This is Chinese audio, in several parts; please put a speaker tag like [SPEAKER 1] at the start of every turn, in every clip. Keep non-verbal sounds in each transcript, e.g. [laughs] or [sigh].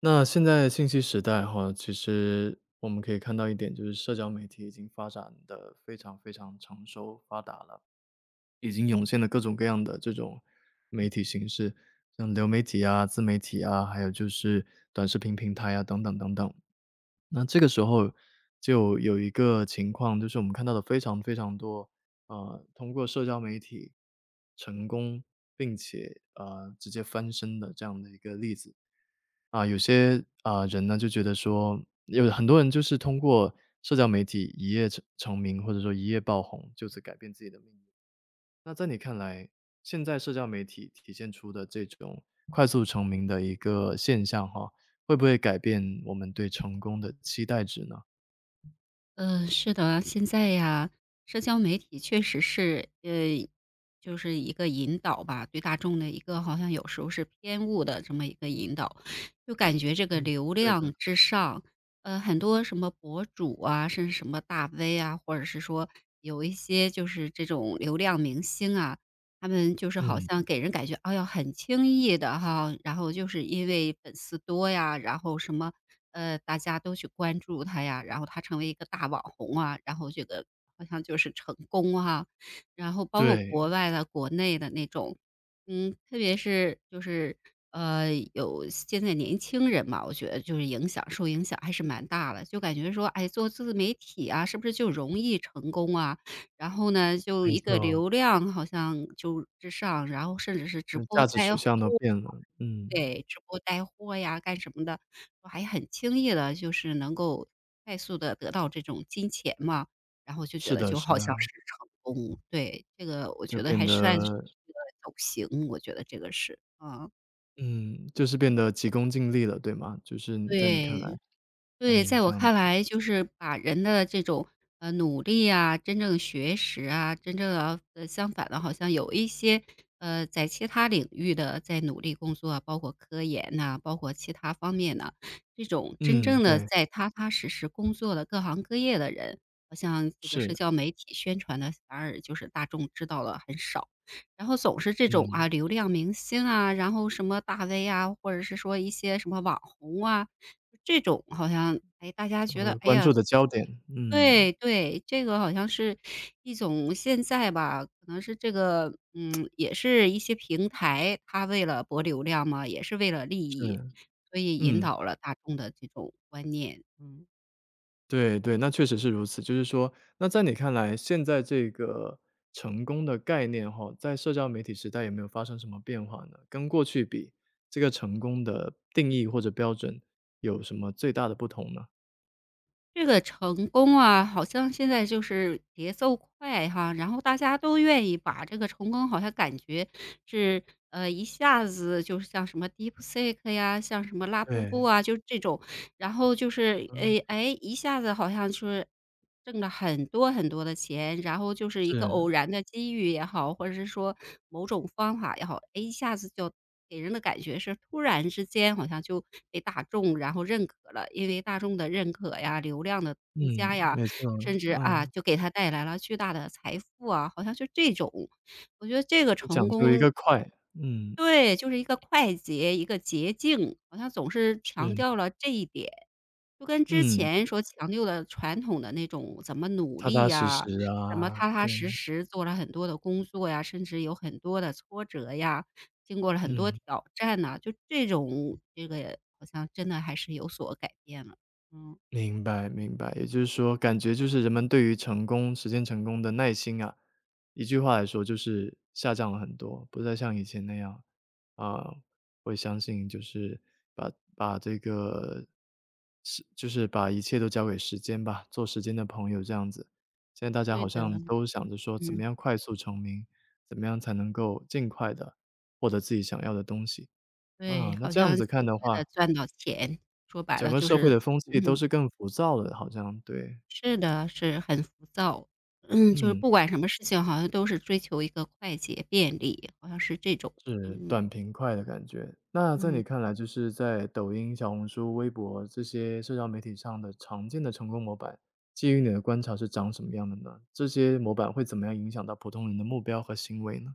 [SPEAKER 1] 那现在信息时代哈，其实我们可以看到一点，就是社交媒体已经发展的非常非常成熟发达了，已经涌现了各种各样的这种媒体形式，像流媒体啊、自媒体啊，还有就是短视频平台啊，等等等等。那这个时候就有一个情况，就是我们看到的非常非常多，通过社交媒体成功并且直接翻身的这样的一个例子。啊，有些啊、人呢就觉得说，有很多人就是通过社交媒体一夜成名，或者说一夜爆红，就此改变自己的命运。那在你看来，现在社交媒体体现出的这种快速成名的一个现象，哈，会不会改变我们对成功的期待值呢？
[SPEAKER 2] 嗯，是的，现在呀，社交媒体确实是，就是一个引导吧，对大众的一个好像有时候是偏误的这么一个引导，就感觉这个
[SPEAKER 1] 嗯，
[SPEAKER 2] 流
[SPEAKER 1] 对的，
[SPEAKER 2] 量之上，很多什么博主啊，甚至什么大 V 啊，或者是说有一些就是这种流量明星啊，他们就是好
[SPEAKER 1] 嗯，
[SPEAKER 2] 像给人感觉，哎呀，很轻易的哈，然后就是因为粉丝多呀，然后什么，大家都去关注他呀，然后他成为一个大网红啊，然后这个好像就是成功哈。然后包括
[SPEAKER 1] 对，
[SPEAKER 2] 国外的、国内的那种，嗯，特别是就是，有现在年轻人嘛，我觉得就是影响受影响还是蛮大的，就感觉说，哎，做自媒体啊，是不是就容易成功啊？然后呢，就
[SPEAKER 1] 没
[SPEAKER 2] 一个
[SPEAKER 1] 错，
[SPEAKER 2] 流量好像就之上，然后甚至是直
[SPEAKER 1] 那
[SPEAKER 2] 播
[SPEAKER 1] 价值
[SPEAKER 2] 带
[SPEAKER 1] 取
[SPEAKER 2] 货，
[SPEAKER 1] 向都变了，嗯，
[SPEAKER 2] 对，直播带货呀，干什么的，我还很轻易的，就是能够快速的得到这种金钱嘛，然后就觉
[SPEAKER 1] 是
[SPEAKER 2] 得
[SPEAKER 1] 的，
[SPEAKER 2] 就
[SPEAKER 1] 是
[SPEAKER 2] 好
[SPEAKER 1] 的，
[SPEAKER 2] 像是成功，对，这个我
[SPEAKER 1] 就
[SPEAKER 2] 觉得
[SPEAKER 1] 变
[SPEAKER 2] 还算是
[SPEAKER 1] 得，
[SPEAKER 2] 一个走形，我觉得这个是，嗯，
[SPEAKER 1] 嗯，就是变得急功近利了，对吗？就是在你看来。
[SPEAKER 2] 对。对，
[SPEAKER 1] 哎，
[SPEAKER 2] 在
[SPEAKER 1] 这
[SPEAKER 2] 我
[SPEAKER 1] 样
[SPEAKER 2] 看来，就是把人的这种努力啊，真正学识啊，真正啊相反的，好像有一些在其他领域的在努力工作啊包括科研呐、包括其他方面呢，这种真
[SPEAKER 1] 嗯，
[SPEAKER 2] 正的
[SPEAKER 1] 对，
[SPEAKER 2] 在踏踏实实工作的各行各业的人，好像这个
[SPEAKER 1] 是，
[SPEAKER 2] 社交媒体宣传的反而就是大众知道了很少。然后总是这种
[SPEAKER 1] 嗯，
[SPEAKER 2] 啊，流量明星啊，然后什么大 V 啊，或者是说一些什么网红啊，这种好像，哎，大家
[SPEAKER 1] 成
[SPEAKER 2] 觉
[SPEAKER 1] 为
[SPEAKER 2] 得，
[SPEAKER 1] 了
[SPEAKER 2] 哎
[SPEAKER 1] 关
[SPEAKER 2] 呀，
[SPEAKER 1] 注的焦点，嗯，
[SPEAKER 2] 对对，这个好像是一种现在吧，可能是这个，嗯，也是一些平台，它为了博流量嘛，也是为了利益，
[SPEAKER 1] 是，
[SPEAKER 2] 所以引
[SPEAKER 1] 嗯，
[SPEAKER 2] 导了大众的这种观念，嗯。
[SPEAKER 1] 对对，那确实是如此。就是说，那在你看来，现在这个成功的概念哈，在社交媒体时代有没有发生什么变化呢？跟过去比，这个成功的定义或者标准有什么最大的不同呢？
[SPEAKER 2] 这个成功啊，好像现在就是节奏快哈，然后大家都愿意把这个成功好像感觉是，一下子就是像什么 DeepSeek 呀，像什么拉布布
[SPEAKER 1] 对，
[SPEAKER 2] 啊，就这种然后就是，
[SPEAKER 1] 嗯，
[SPEAKER 2] 诶，哎，一下子好像就是挣了很多很多的钱，然后就是一个
[SPEAKER 1] 是，
[SPEAKER 2] 偶然的机遇也好，或者是说某种方法也好，哎，一下子就给人的感觉是突然之间好像就被大众然后认可了。因为大众的认可呀、流量的
[SPEAKER 1] 嗯，
[SPEAKER 2] 增加呀，
[SPEAKER 1] 没错，
[SPEAKER 2] 甚至，啊，
[SPEAKER 1] 嗯，
[SPEAKER 2] 就给他带来了巨大的财富啊，好像就这种。我觉得这个
[SPEAKER 1] 就讲
[SPEAKER 2] 成
[SPEAKER 1] 究一个
[SPEAKER 2] 功
[SPEAKER 1] 快，嗯，
[SPEAKER 2] 对，就是一个快捷，一个捷径，好像总是强调
[SPEAKER 1] 是，
[SPEAKER 2] 了这一点。就跟之
[SPEAKER 1] 嗯，
[SPEAKER 2] 前所强调的传统的那种怎么努
[SPEAKER 1] 踏
[SPEAKER 2] 力
[SPEAKER 1] 踏实
[SPEAKER 2] 呀，
[SPEAKER 1] 实
[SPEAKER 2] 怎么
[SPEAKER 1] 啊，
[SPEAKER 2] 踏踏
[SPEAKER 1] 对，
[SPEAKER 2] 实实做了很多的工作呀，甚至有很多的挫折呀，经过了很多
[SPEAKER 1] 嗯。
[SPEAKER 2] 挑战呐，就这种这个好像真的还是有所改变了。嗯，
[SPEAKER 1] 明白明白，也就是说，感觉就是人们对于成功实现成功的耐心啊，一句话来说就是下降了很多，不再像以前那样，啊、会相信就是把这个是就是把一切都交给时间吧，做时间的朋友这样子。现在大家
[SPEAKER 2] 对
[SPEAKER 1] 好
[SPEAKER 2] 的，
[SPEAKER 1] 像都想着说，怎么
[SPEAKER 2] 嗯，
[SPEAKER 1] 样快速成名，怎么样才能够尽快的获得自己想要的东西
[SPEAKER 2] 对，
[SPEAKER 1] 啊？那
[SPEAKER 2] 好
[SPEAKER 1] 这样
[SPEAKER 2] 像
[SPEAKER 1] 子看
[SPEAKER 2] 尽
[SPEAKER 1] 的
[SPEAKER 2] 快的
[SPEAKER 1] 话，
[SPEAKER 2] 赚到钱，说白
[SPEAKER 1] 整
[SPEAKER 2] 了
[SPEAKER 1] 个
[SPEAKER 2] 就
[SPEAKER 1] 社会的
[SPEAKER 2] 是
[SPEAKER 1] 风气都
[SPEAKER 2] 嗯。
[SPEAKER 1] 是更浮躁了，好像，对。
[SPEAKER 2] 是的，是很浮躁。嗯，就是
[SPEAKER 1] 嗯，
[SPEAKER 2] 不管什么事情，好像都是追求一个快捷、便利，好像是这种。
[SPEAKER 1] 是，
[SPEAKER 2] 嗯
[SPEAKER 1] 短平快的感觉。那在
[SPEAKER 2] 嗯。
[SPEAKER 1] 你看来，就是在抖音、小红书、微博这些社交媒体上的常见的成功模板，基于你的观察是长什么样的呢？这些模板会怎么样影响到普通人的目标和行为呢？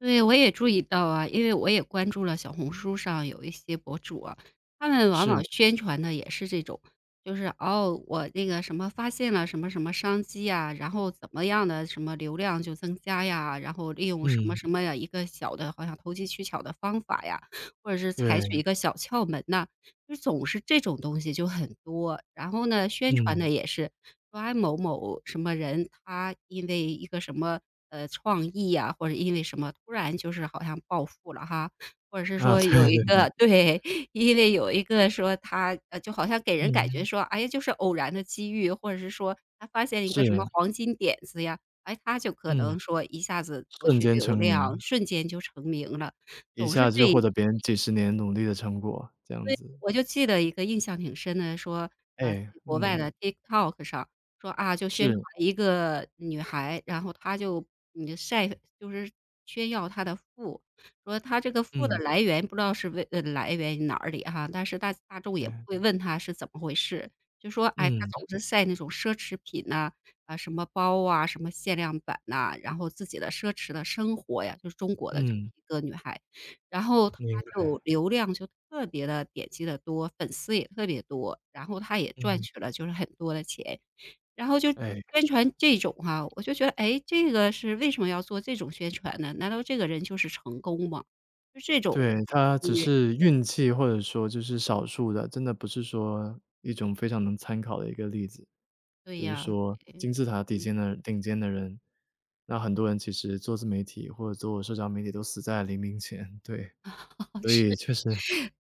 [SPEAKER 2] 对，我也注意到啊，因为我也关注了小红书上有一些博主啊，他们往
[SPEAKER 1] 是，
[SPEAKER 2] 往宣传的也是这种，就是哦，我那个什么发现了什么什么商机呀，然后怎么样的什么流量就增加呀，然后利用什么
[SPEAKER 1] 嗯，
[SPEAKER 2] 什么呀一个小的，好像投机取巧的方法呀，或者是采
[SPEAKER 1] 对，
[SPEAKER 2] 取一个小窍门呐，就总是这种东西就很多。然后呢，宣传的
[SPEAKER 1] 嗯，
[SPEAKER 2] 也是。说啊某某什么人，他因为一个什么创意呀、或者因为什么突然就是好像暴富了哈，或者是
[SPEAKER 1] 啊，[laughs]
[SPEAKER 2] 说有
[SPEAKER 1] 对
[SPEAKER 2] 一
[SPEAKER 1] 对对，
[SPEAKER 2] 个 [laughs] 对，因为有一个说他就好像给人感觉
[SPEAKER 1] 嗯，
[SPEAKER 2] 说，哎呀就是偶然的机遇，或者是说他发现一个什么
[SPEAKER 1] 是，
[SPEAKER 2] 黄金点子呀，哎他就可
[SPEAKER 1] 嗯，
[SPEAKER 2] 能说一下子博
[SPEAKER 1] 瞬
[SPEAKER 2] 取
[SPEAKER 1] 间
[SPEAKER 2] 流
[SPEAKER 1] 成
[SPEAKER 2] 量，
[SPEAKER 1] 名，
[SPEAKER 2] 瞬间就成名了，
[SPEAKER 1] 一
[SPEAKER 2] 总
[SPEAKER 1] 下
[SPEAKER 2] 是
[SPEAKER 1] 就
[SPEAKER 2] 这
[SPEAKER 1] 获得别人几十年努力的成果，这样
[SPEAKER 2] 所以
[SPEAKER 1] 子。
[SPEAKER 2] 我就记得一个印象挺深的，说，啊，在
[SPEAKER 1] 哎，
[SPEAKER 2] 国外
[SPEAKER 1] 嗯，
[SPEAKER 2] 的 TikTok 上，说，啊，就宣传
[SPEAKER 1] 是，
[SPEAKER 2] 一个女孩，然后她就你晒就是炫耀她的富，说她这个富的
[SPEAKER 1] 嗯。
[SPEAKER 2] 来源不知道是为，来源于哪里哈，但是大众也不
[SPEAKER 1] 嗯，
[SPEAKER 2] 会问她是怎么回事，就说，哎，她
[SPEAKER 1] 嗯，
[SPEAKER 2] 总是晒那种奢侈品呐，啊，什么包啊，什么限量版呐，然后自己的奢侈的生活呀，就是中国的这么
[SPEAKER 1] 嗯，
[SPEAKER 2] 一个女孩。然后他
[SPEAKER 1] 明白，
[SPEAKER 2] 就流量就特别的点击的多，粉丝也特别多，然后他也赚
[SPEAKER 1] 嗯。
[SPEAKER 2] 取了就是很多的钱。然后就
[SPEAKER 1] 哎，
[SPEAKER 2] 宣传这种哈，我就觉得，哎，这个是为什么要做这种宣传呢？难道这个人就是成功吗？就这种
[SPEAKER 1] 对，他
[SPEAKER 2] 对
[SPEAKER 1] 只是运气或者说就是少数的，真的不是说一种非常能参考的一个例子。
[SPEAKER 2] 对
[SPEAKER 1] 只是
[SPEAKER 2] 呀，
[SPEAKER 1] 说
[SPEAKER 2] 对
[SPEAKER 1] 金字塔底
[SPEAKER 2] 嗯。
[SPEAKER 1] 尖的顶尖的人，那很多人其实做自媒体或者做社交媒体都死在黎明前，对。
[SPEAKER 2] [laughs] 好
[SPEAKER 1] 所
[SPEAKER 2] 吃。
[SPEAKER 1] 以确实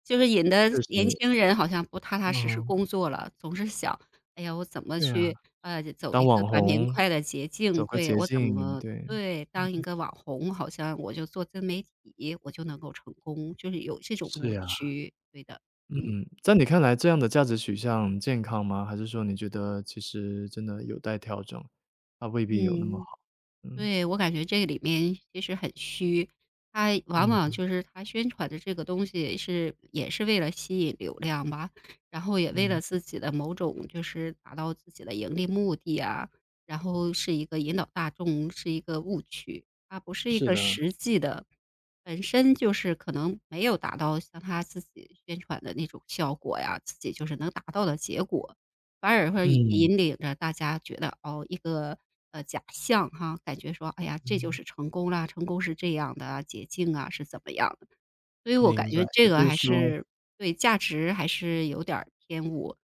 [SPEAKER 2] 就是引得
[SPEAKER 1] 确实，
[SPEAKER 2] 年轻人好像不踏踏实实
[SPEAKER 1] 嗯，
[SPEAKER 2] 工作了，总是想，哎呀，我怎么
[SPEAKER 1] 对呀，
[SPEAKER 2] 去，走一
[SPEAKER 1] 当
[SPEAKER 2] 个
[SPEAKER 1] 网
[SPEAKER 2] 短平
[SPEAKER 1] 红
[SPEAKER 2] 快的捷径？
[SPEAKER 1] 走个
[SPEAKER 2] 对，
[SPEAKER 1] 捷
[SPEAKER 2] 我怎
[SPEAKER 1] 径，
[SPEAKER 2] 么
[SPEAKER 1] 对，
[SPEAKER 2] 对，当一个网红，好像我就做自媒体，我就能够成功，就是有这种
[SPEAKER 1] 是
[SPEAKER 2] 误
[SPEAKER 1] 呀。
[SPEAKER 2] 区，对的，嗯，
[SPEAKER 1] 嗯，在你看来这样的价值取向健康吗？还是说你觉得其实真的有待调整，它未必有那么
[SPEAKER 2] 嗯。
[SPEAKER 1] 好？嗯，
[SPEAKER 2] 对，我感觉这个里面其实很虚，他往往
[SPEAKER 1] 嗯，
[SPEAKER 2] 就是他宣传的这个东西是也是为了吸引流量吧，然后也为
[SPEAKER 1] 嗯，
[SPEAKER 2] 了自己的某种就是达到自己的盈利目的啊，然后是一个引导大众，是一个误区，它不是一
[SPEAKER 1] 是
[SPEAKER 2] 个
[SPEAKER 1] 的，
[SPEAKER 2] 实际的，本身就是可能没有达到像他自己宣传的那种效果呀，自己就是能达到的结果。反而会
[SPEAKER 1] 嗯，
[SPEAKER 2] 引领着大家觉得，哦，一个假象哈，感觉说，哎呀，这就
[SPEAKER 1] 嗯，
[SPEAKER 2] 是成功啦，成功是这样的啊捷径啊是怎么样的。所以我感
[SPEAKER 1] 明白。
[SPEAKER 2] 觉
[SPEAKER 1] 也
[SPEAKER 2] 这
[SPEAKER 1] 就
[SPEAKER 2] 个
[SPEAKER 1] 是
[SPEAKER 2] 还
[SPEAKER 1] 说
[SPEAKER 2] 是对价值还是有点儿偏误，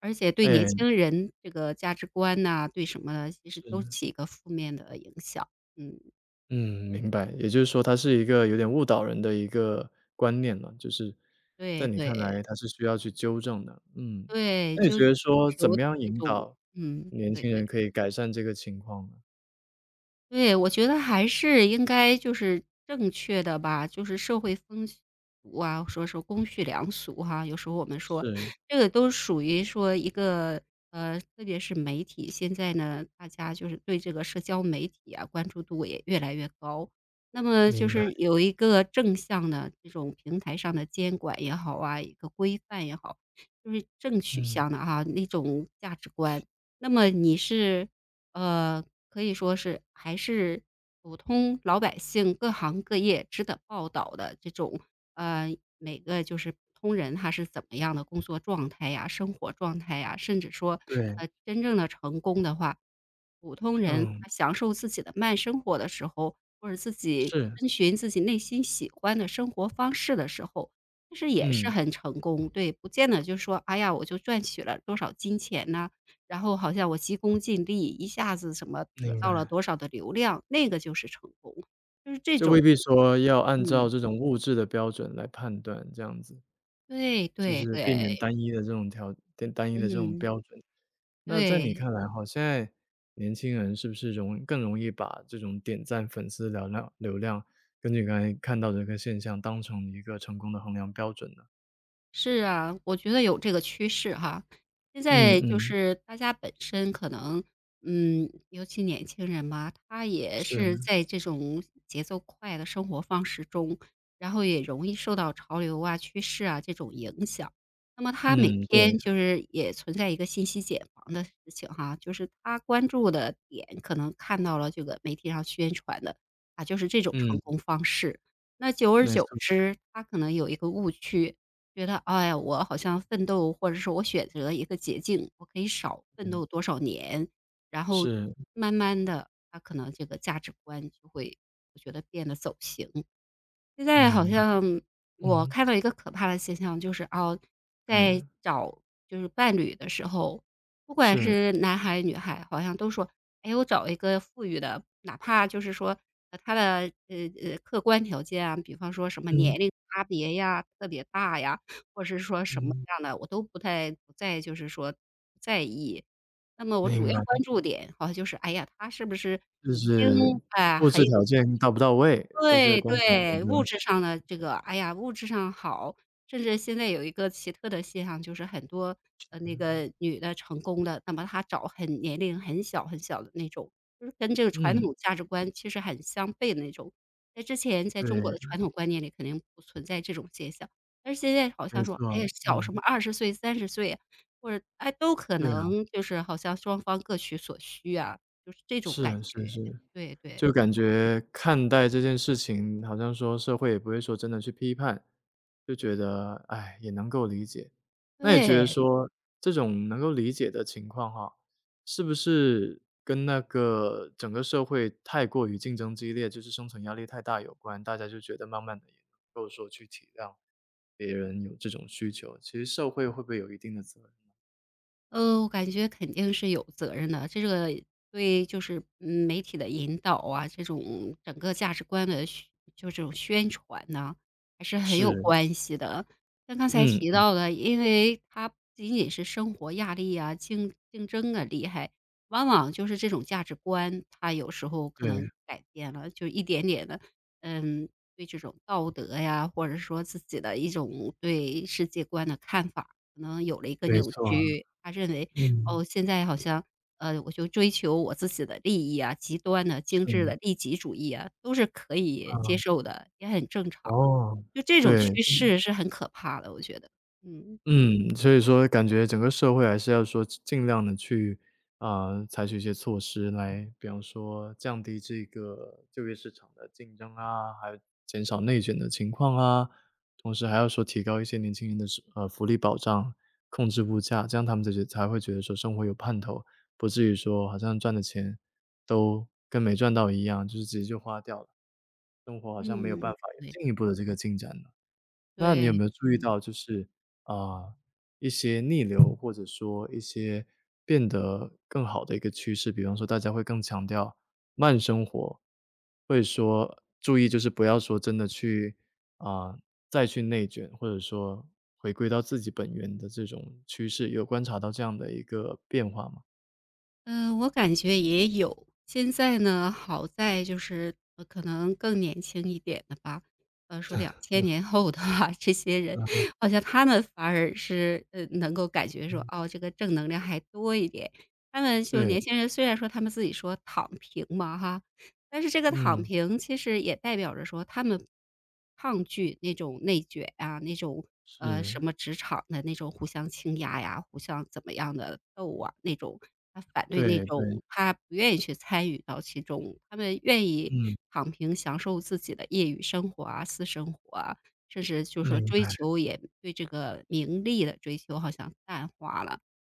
[SPEAKER 2] 而且对年
[SPEAKER 1] 哎，
[SPEAKER 2] 轻人这个价值观呐，对什么的，其实都
[SPEAKER 1] 是，
[SPEAKER 2] 起一个负面的影响。嗯，
[SPEAKER 1] 嗯，明白。也就是说它是一个有点误导人的一个观念了，就是在
[SPEAKER 2] 对
[SPEAKER 1] 你看
[SPEAKER 2] 对
[SPEAKER 1] 来它是需要去纠正的，嗯。
[SPEAKER 2] 对，
[SPEAKER 1] 那你
[SPEAKER 2] 就
[SPEAKER 1] 觉
[SPEAKER 2] 追
[SPEAKER 1] 得说
[SPEAKER 2] 求
[SPEAKER 1] 怎么样
[SPEAKER 2] 那
[SPEAKER 1] 引
[SPEAKER 2] 种
[SPEAKER 1] 导
[SPEAKER 2] 嗯，
[SPEAKER 1] 年
[SPEAKER 2] 对。
[SPEAKER 1] 轻人可以改善这个情况呢？
[SPEAKER 2] 对，我觉得还是应该就是正确的吧，就是社会风俗啊，说是公序良俗哈，有时候我们说
[SPEAKER 1] 是，
[SPEAKER 2] 这个都属于说一个特别是媒体，现在呢，大家就是对这个社交媒体啊，关注度也越来越高。那么就
[SPEAKER 1] 明白，
[SPEAKER 2] 是有一个正向的这种平台上的监管也好啊，一个规范也好，就是正取
[SPEAKER 1] 嗯，
[SPEAKER 2] 向的哈、那种价值观。那么你是呃，可以说是还是普通老百姓各行各业值得报道的这种，每个就是普通人他是怎么样的工作状态呀、生活状态呀，甚至说，
[SPEAKER 1] 对。
[SPEAKER 2] 真正的成功的话，普通人
[SPEAKER 1] 嗯，
[SPEAKER 2] 他享受自己的慢生活的时候，或者自己
[SPEAKER 1] 是，
[SPEAKER 2] 遵循自己内心喜欢的生活方式的时候，其实也是
[SPEAKER 1] 嗯，
[SPEAKER 2] 很成功。对，不见得就说，哎呀，我就赚取了多少金钱呐，然后好像我急功近利，一下子什么得
[SPEAKER 1] 明
[SPEAKER 2] 到了
[SPEAKER 1] 白。
[SPEAKER 2] 多少的流量，那个就是成功，就是这
[SPEAKER 1] 就未
[SPEAKER 2] 种
[SPEAKER 1] 必说要按照
[SPEAKER 2] 嗯，
[SPEAKER 1] 这种物质的标准来判断，这样子，
[SPEAKER 2] 对
[SPEAKER 1] 就
[SPEAKER 2] 对
[SPEAKER 1] 是避免
[SPEAKER 2] 对，
[SPEAKER 1] 单一的这种条单单一的这种
[SPEAKER 2] 嗯，
[SPEAKER 1] 标准。那在你
[SPEAKER 2] 对。
[SPEAKER 1] 看来哈，现在年轻人是不是更容易把这种点赞、粉丝、流量，根据刚才看到的这个现象，当成一个成功的衡量标准呢？
[SPEAKER 2] 是啊，我觉得有这个趋势哈。现
[SPEAKER 1] 嗯
[SPEAKER 2] 在就
[SPEAKER 1] 嗯，
[SPEAKER 2] 是大家本身可能，嗯，尤其年轻人嘛，他也是
[SPEAKER 1] 是，
[SPEAKER 2] 在这种节奏快的生活方式中，然后也容易受到潮流啊、趋势啊这种影响。那么他每
[SPEAKER 1] 嗯，对，
[SPEAKER 2] 天就是也存在一个信息茧房的事情哈，就是他关注的点可能看到了这个媒体上宣传的啊，就是这种成
[SPEAKER 1] 嗯，
[SPEAKER 2] 功方式。那久而
[SPEAKER 1] 没
[SPEAKER 2] 久
[SPEAKER 1] 错，
[SPEAKER 2] 之，他可能有一个误区，觉得，哎呀，我好像奋斗，或者是我选择一个捷径，我可以少奋
[SPEAKER 1] 嗯，
[SPEAKER 2] 斗多少年，然后
[SPEAKER 1] 是，
[SPEAKER 2] 慢慢的，他可能这个价值观就会，我觉得变得走形。现在好
[SPEAKER 1] 明白，
[SPEAKER 2] 像我
[SPEAKER 1] 嗯，
[SPEAKER 2] 看到一个可怕的现象，就是哦，在
[SPEAKER 1] 嗯，
[SPEAKER 2] 找就是伴侣的时候，不管
[SPEAKER 1] 是，
[SPEAKER 2] 是男孩女孩，好像都说：“哎，我找一个富裕的。”哪怕就是说，他的客观条件啊，比方说什么
[SPEAKER 1] 嗯，
[SPEAKER 2] 年龄差别呀特别大呀，或者是说什么
[SPEAKER 1] 嗯。
[SPEAKER 2] 样的，我都不太不再就是说不在意。那么我主
[SPEAKER 1] 明白，
[SPEAKER 2] 要关注点好像就是，哎呀，他是不是
[SPEAKER 1] 就
[SPEAKER 2] 已经，
[SPEAKER 1] 是
[SPEAKER 2] 哎，
[SPEAKER 1] 物
[SPEAKER 2] 很
[SPEAKER 1] 质
[SPEAKER 2] 有
[SPEAKER 1] 条件到不到位，都是在
[SPEAKER 2] 对
[SPEAKER 1] 观察这
[SPEAKER 2] 对，
[SPEAKER 1] 个
[SPEAKER 2] 物质上的这个，哎呀，物质上好，甚至现在有一个奇特的现象，就是很多，那个女的成功的，那么她找很年龄很小很小的那种，就是跟这个传
[SPEAKER 1] 嗯，
[SPEAKER 2] 统价值观其实很相悖的那种。在之前在
[SPEAKER 1] 对，
[SPEAKER 2] 中国的传统观念里肯定不存在这种现象，但是现在好
[SPEAKER 1] 没
[SPEAKER 2] 像说，哎呀，
[SPEAKER 1] 错，
[SPEAKER 2] 小
[SPEAKER 1] 嗯，
[SPEAKER 2] 什么二十岁、三十岁，或者，哎，都可
[SPEAKER 1] 对啊，
[SPEAKER 2] 能就是好像双方各取所需啊，就是这种感
[SPEAKER 1] 是是
[SPEAKER 2] 觉，
[SPEAKER 1] 是。
[SPEAKER 2] 对对，
[SPEAKER 1] 就感觉看待这件事情，好像说社会也不会说真的去批判，就觉得，哎，也能够理解。那也觉得
[SPEAKER 2] 对。
[SPEAKER 1] 说这种能够理解的情况哈，是不是跟那个整个社会太过于竞争激烈，就是生存压力太大有关，大家就觉得慢慢的也能够说去体谅别人有这种需求，其实社会会不会有一定的责任？
[SPEAKER 2] 我感觉肯定是有责任的。这个对就是嗯媒体的引导啊，这种整个价值观的宣就这种宣传呐，还是很有
[SPEAKER 1] 是，
[SPEAKER 2] 关系的。像刚才提
[SPEAKER 1] 嗯，
[SPEAKER 2] 到的，因为它不仅仅是生活压力啊、竞争啊厉害，往往就是这种价值观，它有时候可
[SPEAKER 1] 对，
[SPEAKER 2] 能改变了，就一点点的，嗯，对这种道德呀，或者说自己的一种对世界观的看法。可能有了一个
[SPEAKER 1] 没
[SPEAKER 2] 扭
[SPEAKER 1] 错，
[SPEAKER 2] 曲，他认为，
[SPEAKER 1] 嗯，
[SPEAKER 2] 哦，现在好像，我就追求我自己的利益啊，极端的、精
[SPEAKER 1] 是，
[SPEAKER 2] 致的利己主义啊，都是可
[SPEAKER 1] 啊，
[SPEAKER 2] 以接受的，也很正常的
[SPEAKER 1] 哦，
[SPEAKER 2] 就这种
[SPEAKER 1] 对。
[SPEAKER 2] 趋势是很可怕的，我觉得。嗯，
[SPEAKER 1] 嗯，所以说感觉整个社会还是要说尽量的去，啊，采取一些措施来，比方说降低这个就业市场的竞争啊，还有减少内卷的情况啊，同时还要说提高一些年轻人的是福利保障，控制物价，这样他们才会觉得说生活有盼头，不至于说好像赚的钱都跟没赚到一样，就是直接就花掉了，生活好像没有办
[SPEAKER 2] 嗯，
[SPEAKER 1] 法有
[SPEAKER 2] 对
[SPEAKER 1] 进一
[SPEAKER 2] 的，
[SPEAKER 1] 步的这个进展了。那你有
[SPEAKER 2] 对，
[SPEAKER 1] 没有注意
[SPEAKER 2] 嗯。
[SPEAKER 1] 到就是，啊，一些逆流，或者说一些变得更好的一个趋势，比方说大家会更强调慢生活，会说注意就是不要说真的去啊，再去内卷，或者说回归到自己本源的这种趋势，有观察到这样的一个变化吗？
[SPEAKER 2] 嗯，我感觉也有。现在呢，好在就是，可能更年轻一点的吧，说两千年后的话，[laughs] 这些人好像他们反而是，能够感觉说，哦，这个正能量还多一点。他们就
[SPEAKER 1] 对，
[SPEAKER 2] 年轻人虽然说他们自己说躺平嘛哈，但是这个躺
[SPEAKER 1] 嗯，
[SPEAKER 2] 平其实也代表着说，他们抗拒那种内卷啊，那种什
[SPEAKER 1] 是，
[SPEAKER 2] 么职场的那种互相倾轧呀、互相怎么样的斗啊那种，他反对那
[SPEAKER 1] 对对，
[SPEAKER 2] 种，他不愿意去参与到其中，他们愿意
[SPEAKER 1] 嗯，
[SPEAKER 2] 躺平，享受自己的业余生活啊、私生活啊，甚至就说
[SPEAKER 1] 明
[SPEAKER 2] 追
[SPEAKER 1] 白，
[SPEAKER 2] 求也对这个名利的追求好像淡化了，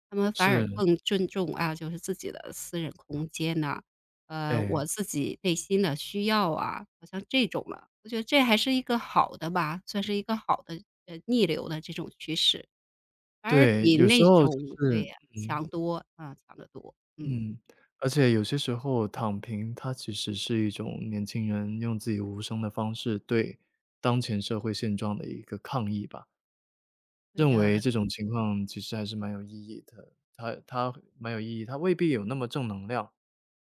[SPEAKER 2] 他们反
[SPEAKER 1] 是，
[SPEAKER 2] 而更尊重啊，就是自己的私人空间呐、
[SPEAKER 1] 哎，
[SPEAKER 2] 我自己内心的需要啊，好像这种了。我觉得这还是一个好的吧，算是一个好的，逆流的这种趋势，反而
[SPEAKER 1] 对，
[SPEAKER 2] 比
[SPEAKER 1] 有时
[SPEAKER 2] 那
[SPEAKER 1] 候就
[SPEAKER 2] 种对
[SPEAKER 1] 是
[SPEAKER 2] 呀，
[SPEAKER 1] 嗯。
[SPEAKER 2] 强多，啊，强得多。嗯，
[SPEAKER 1] 嗯，而且有些时候躺平，它其实是一种年轻人用自己无声的方式对当前社会现状的一个抗议吧。
[SPEAKER 2] 对
[SPEAKER 1] 认为
[SPEAKER 2] 的
[SPEAKER 1] 这种情况其实还是蛮有意义的，它蛮有意义，它未必有那么正能量，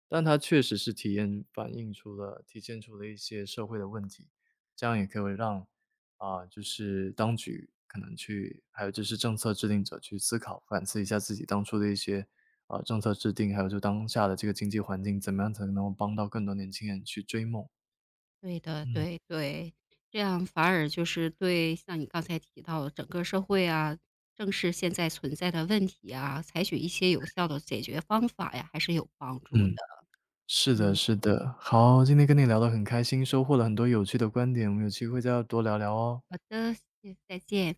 [SPEAKER 1] 但它确实是体现出了一些社会的问题，这样也可以让，啊，就是当局可能去还有就是政策制定者去思考、反思一下自己当初的一些，啊政策制定，还有就当下的这个经济环境，怎么样才能够帮到更多年轻人去追梦。
[SPEAKER 2] 对的，
[SPEAKER 1] 嗯
[SPEAKER 2] 对对，这样反而就是对像你刚才提到的整个社会啊，正视现在存在的问题啊，采取一些有效的解决方法呀，还是有帮助的。
[SPEAKER 1] 嗯，是的
[SPEAKER 2] 嗯，
[SPEAKER 1] 是的。好，今天跟你聊得很开心，收获了很多有趣的观点，我们有机会再要多聊聊哦。
[SPEAKER 2] 好的，谢谢再见。